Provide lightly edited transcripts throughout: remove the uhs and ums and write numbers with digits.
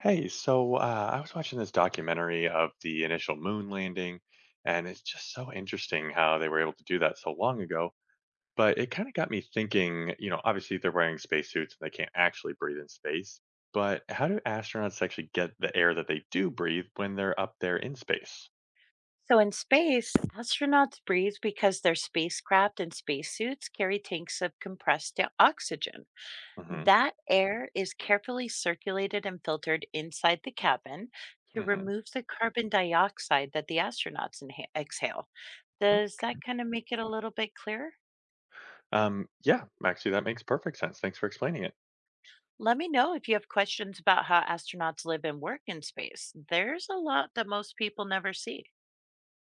Hey, so I was watching this documentary of the initial moon landing, and it's just so interesting how they were able to do that so long ago. But it kind of got me thinking, obviously they're wearing spacesuits and they can't actually breathe in space. But how do astronauts actually get the air that they do breathe when they're up there in space? So in space, astronauts breathe because their spacecraft and spacesuits carry tanks of compressed oxygen. Hmm. That air is carefully circulated and filtered inside the cabin to Hmm. remove the carbon dioxide that the astronauts exhale. Does that kind of make it a little bit clearer? Yeah, actually, that makes perfect sense. Thanks for explaining it. Let me know if you have questions about how astronauts live and work in space. There's a lot that most people never see.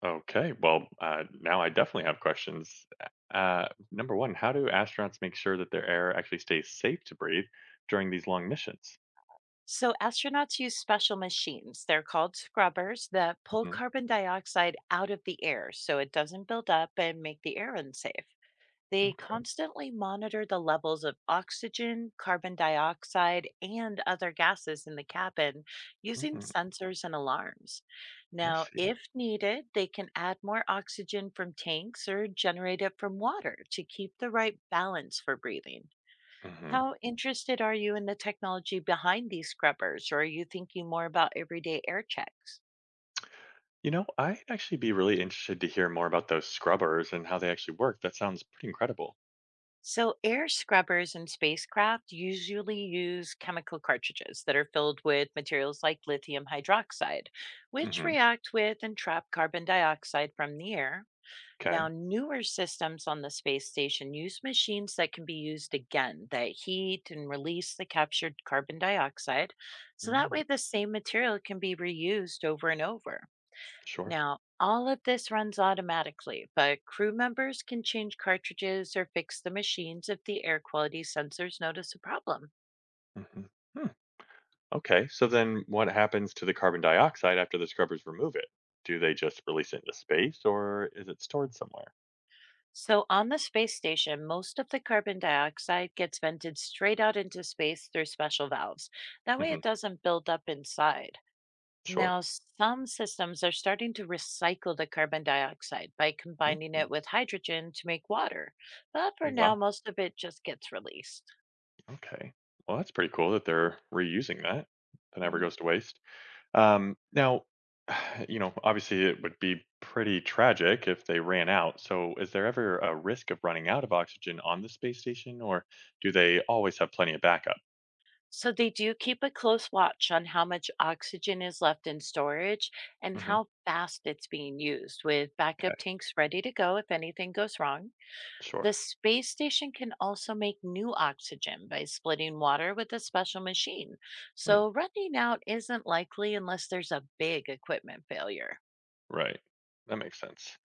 Okay, well, now I definitely have questions. Number one, how do astronauts make sure that their air actually stays safe to breathe during these long missions? So, astronauts use special machines. They're called scrubbers that pull Hmm. carbon dioxide out of the air so it doesn't build up and make the air unsafe. They Okay. constantly monitor the levels of oxygen, carbon dioxide, and other gases in the cabin using Hmm. sensors and alarms. I Now, see. if needed, they can add more oxygen from tanks or generate it from water to keep the right balance for breathing. Hmm. How interested are you in the technology behind these scrubbers, or are you thinking more about everyday air checks? You know, I'd actually be really interested to hear more about those scrubbers and how they actually work. That sounds pretty incredible. So, air scrubbers in spacecraft usually use chemical cartridges that are filled with materials like lithium hydroxide, which Hmm. react with and trap carbon dioxide from the air. Now, Okay. newer systems on the space station use machines that can be used again that heat and release the captured carbon dioxide. So that Mm. way, the same material can be reused over and over. Sure. Now, all of this runs automatically, but crew members can change cartridges or fix the machines if the air quality sensors notice a problem. Hmm. Hmm. Okay, so then what happens to the carbon dioxide after the scrubbers remove it? Do they just release it into space or is it stored somewhere? So, on the space station, most of the carbon dioxide gets vented straight out into space through special valves. That way, it Hmm. doesn't build up inside. Sure. Now, some systems are starting to recycle the carbon dioxide by combining it with hydrogen to make water. But Oh, for now, wow. most of it just gets released. Okay. Well, that's pretty cool that they're reusing that. That never Mhm. goes to waste. Now, obviously it would be pretty tragic if they ran out. So, is there ever a risk of running out of oxygen on the space station, or do they always have plenty of backup? So they do keep a close watch on how much oxygen is left in storage and Hmm. how fast it's being used, with backup Okay. tanks ready to go if anything goes wrong. The Sure. space station can also make new oxygen by splitting water with a special machine. Hmm. So running out isn't likely unless there's a big equipment failure. Right. That makes sense.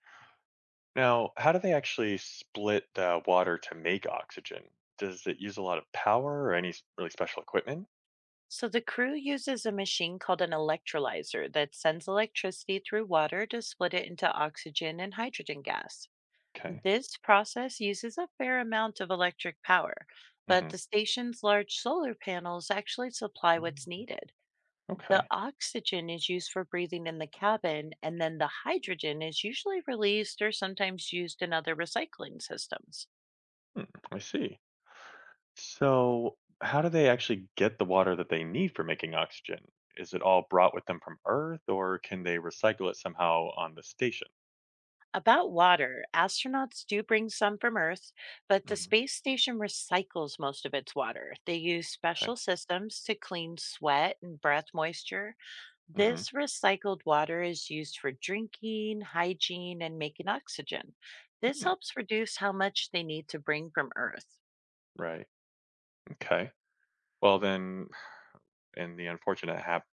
Now, how do they actually split the water to make oxygen? Does it use a lot of power or any really special equipment? So the crew uses a machine called an electrolyzer that sends electricity through water to split it into oxygen and hydrogen gas. Okay. This process uses a fair amount of electric power, but Hmm. the station's large solar panels actually supply what's needed. The Okay. oxygen is used for breathing in the cabin, and then the hydrogen is usually released or sometimes used in other recycling systems. Hmm. I see. So, how do they actually get the water that they need for making oxygen? Is it all brought with them from Earth, or can they recycle it somehow on the station? About water, astronauts do bring some from Earth, but the Hmm. space station recycles most of its water. They use Okay. special systems to clean sweat and breath moisture. Mm-hmm. This recycled water is used for drinking, hygiene, and making oxygen. This Hmm. helps reduce how much they need to bring from Earth. Right. Okay. Well, then, in the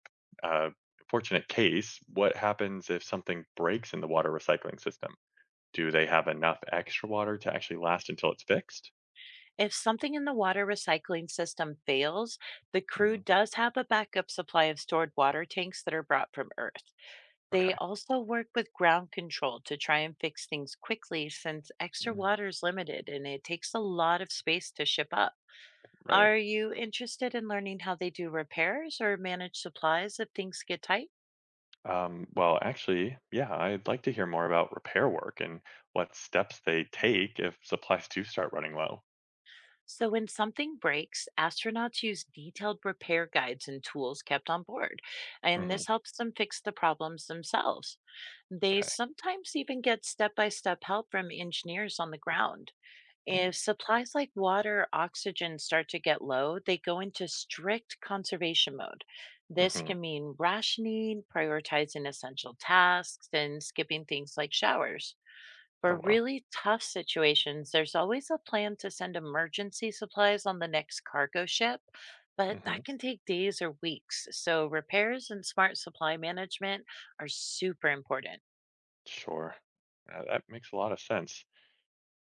uh, fortunate case, what happens if something breaks in the water recycling system? Do they have enough extra water to actually last until it's fixed? If something in the water recycling system fails, the crew Hmm. does have a backup supply of stored water tanks that are brought from Earth. They Okay. also work with ground control to try and fix things quickly since extra Mm. water is limited and it takes a lot of space to ship up. Right. Are you interested in learning how they do repairs or manage supplies if things get tight? Well, actually, yeah, I'd like to hear more about repair work and what steps they take if supplies do start running low. So, when something breaks, astronauts use detailed repair guides and tools kept on board, and Hmm. this helps them fix the problems themselves. They Okay. sometimes even get step by step help from engineers on the ground. Oh. If supplies like water, oxygen start to get low, they go into strict conservation mode. This Mm-hmm. can mean rationing, prioritizing essential tasks, and skipping things like showers. Oh, For wow. really tough situations, there's always a plan to send emergency supplies on the next cargo ship, but Hmm. that can take days or weeks. So, repairs and smart supply management are super important. Sure. That makes a lot of sense.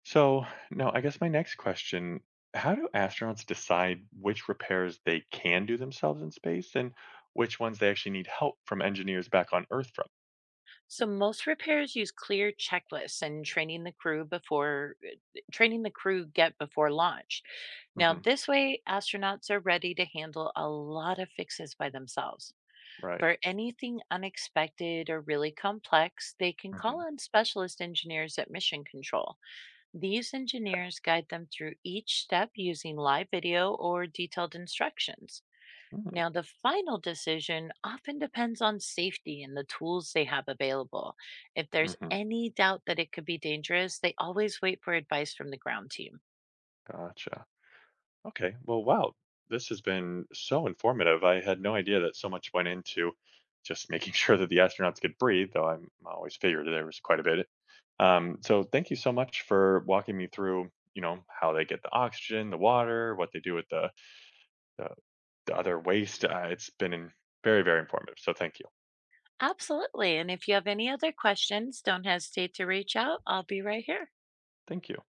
So, now I guess my next question, how do astronauts decide which repairs they can do themselves in space and which ones they actually need help from engineers back on Earth from? So, most repairs use clear checklists and training the crew get before launch. Now, Hmm. this way, astronauts are ready to handle a lot of fixes by themselves. Right. For anything unexpected or really complex, they can call Hmm. on specialist engineers at Mission Control. These Okay. engineers guide them through each step using live video or detailed instructions. Hmm. Now, the final decision often depends on safety and the tools they have available. If there's Mm-hmm. any doubt that it could be dangerous, they always wait for advice from the ground team. Gotcha. Okay. Well, wow. This has been so informative. I had no idea that so much went into just making sure that the astronauts could breathe, though I always figured there was quite a bit. So thank you so much for walking me through, how they get the oxygen, the water, what they do with the, the other waste. It's been very, very informative. So thank you. Absolutely. And if you have any other questions, don't hesitate to reach out. I'll be right here. Thank you.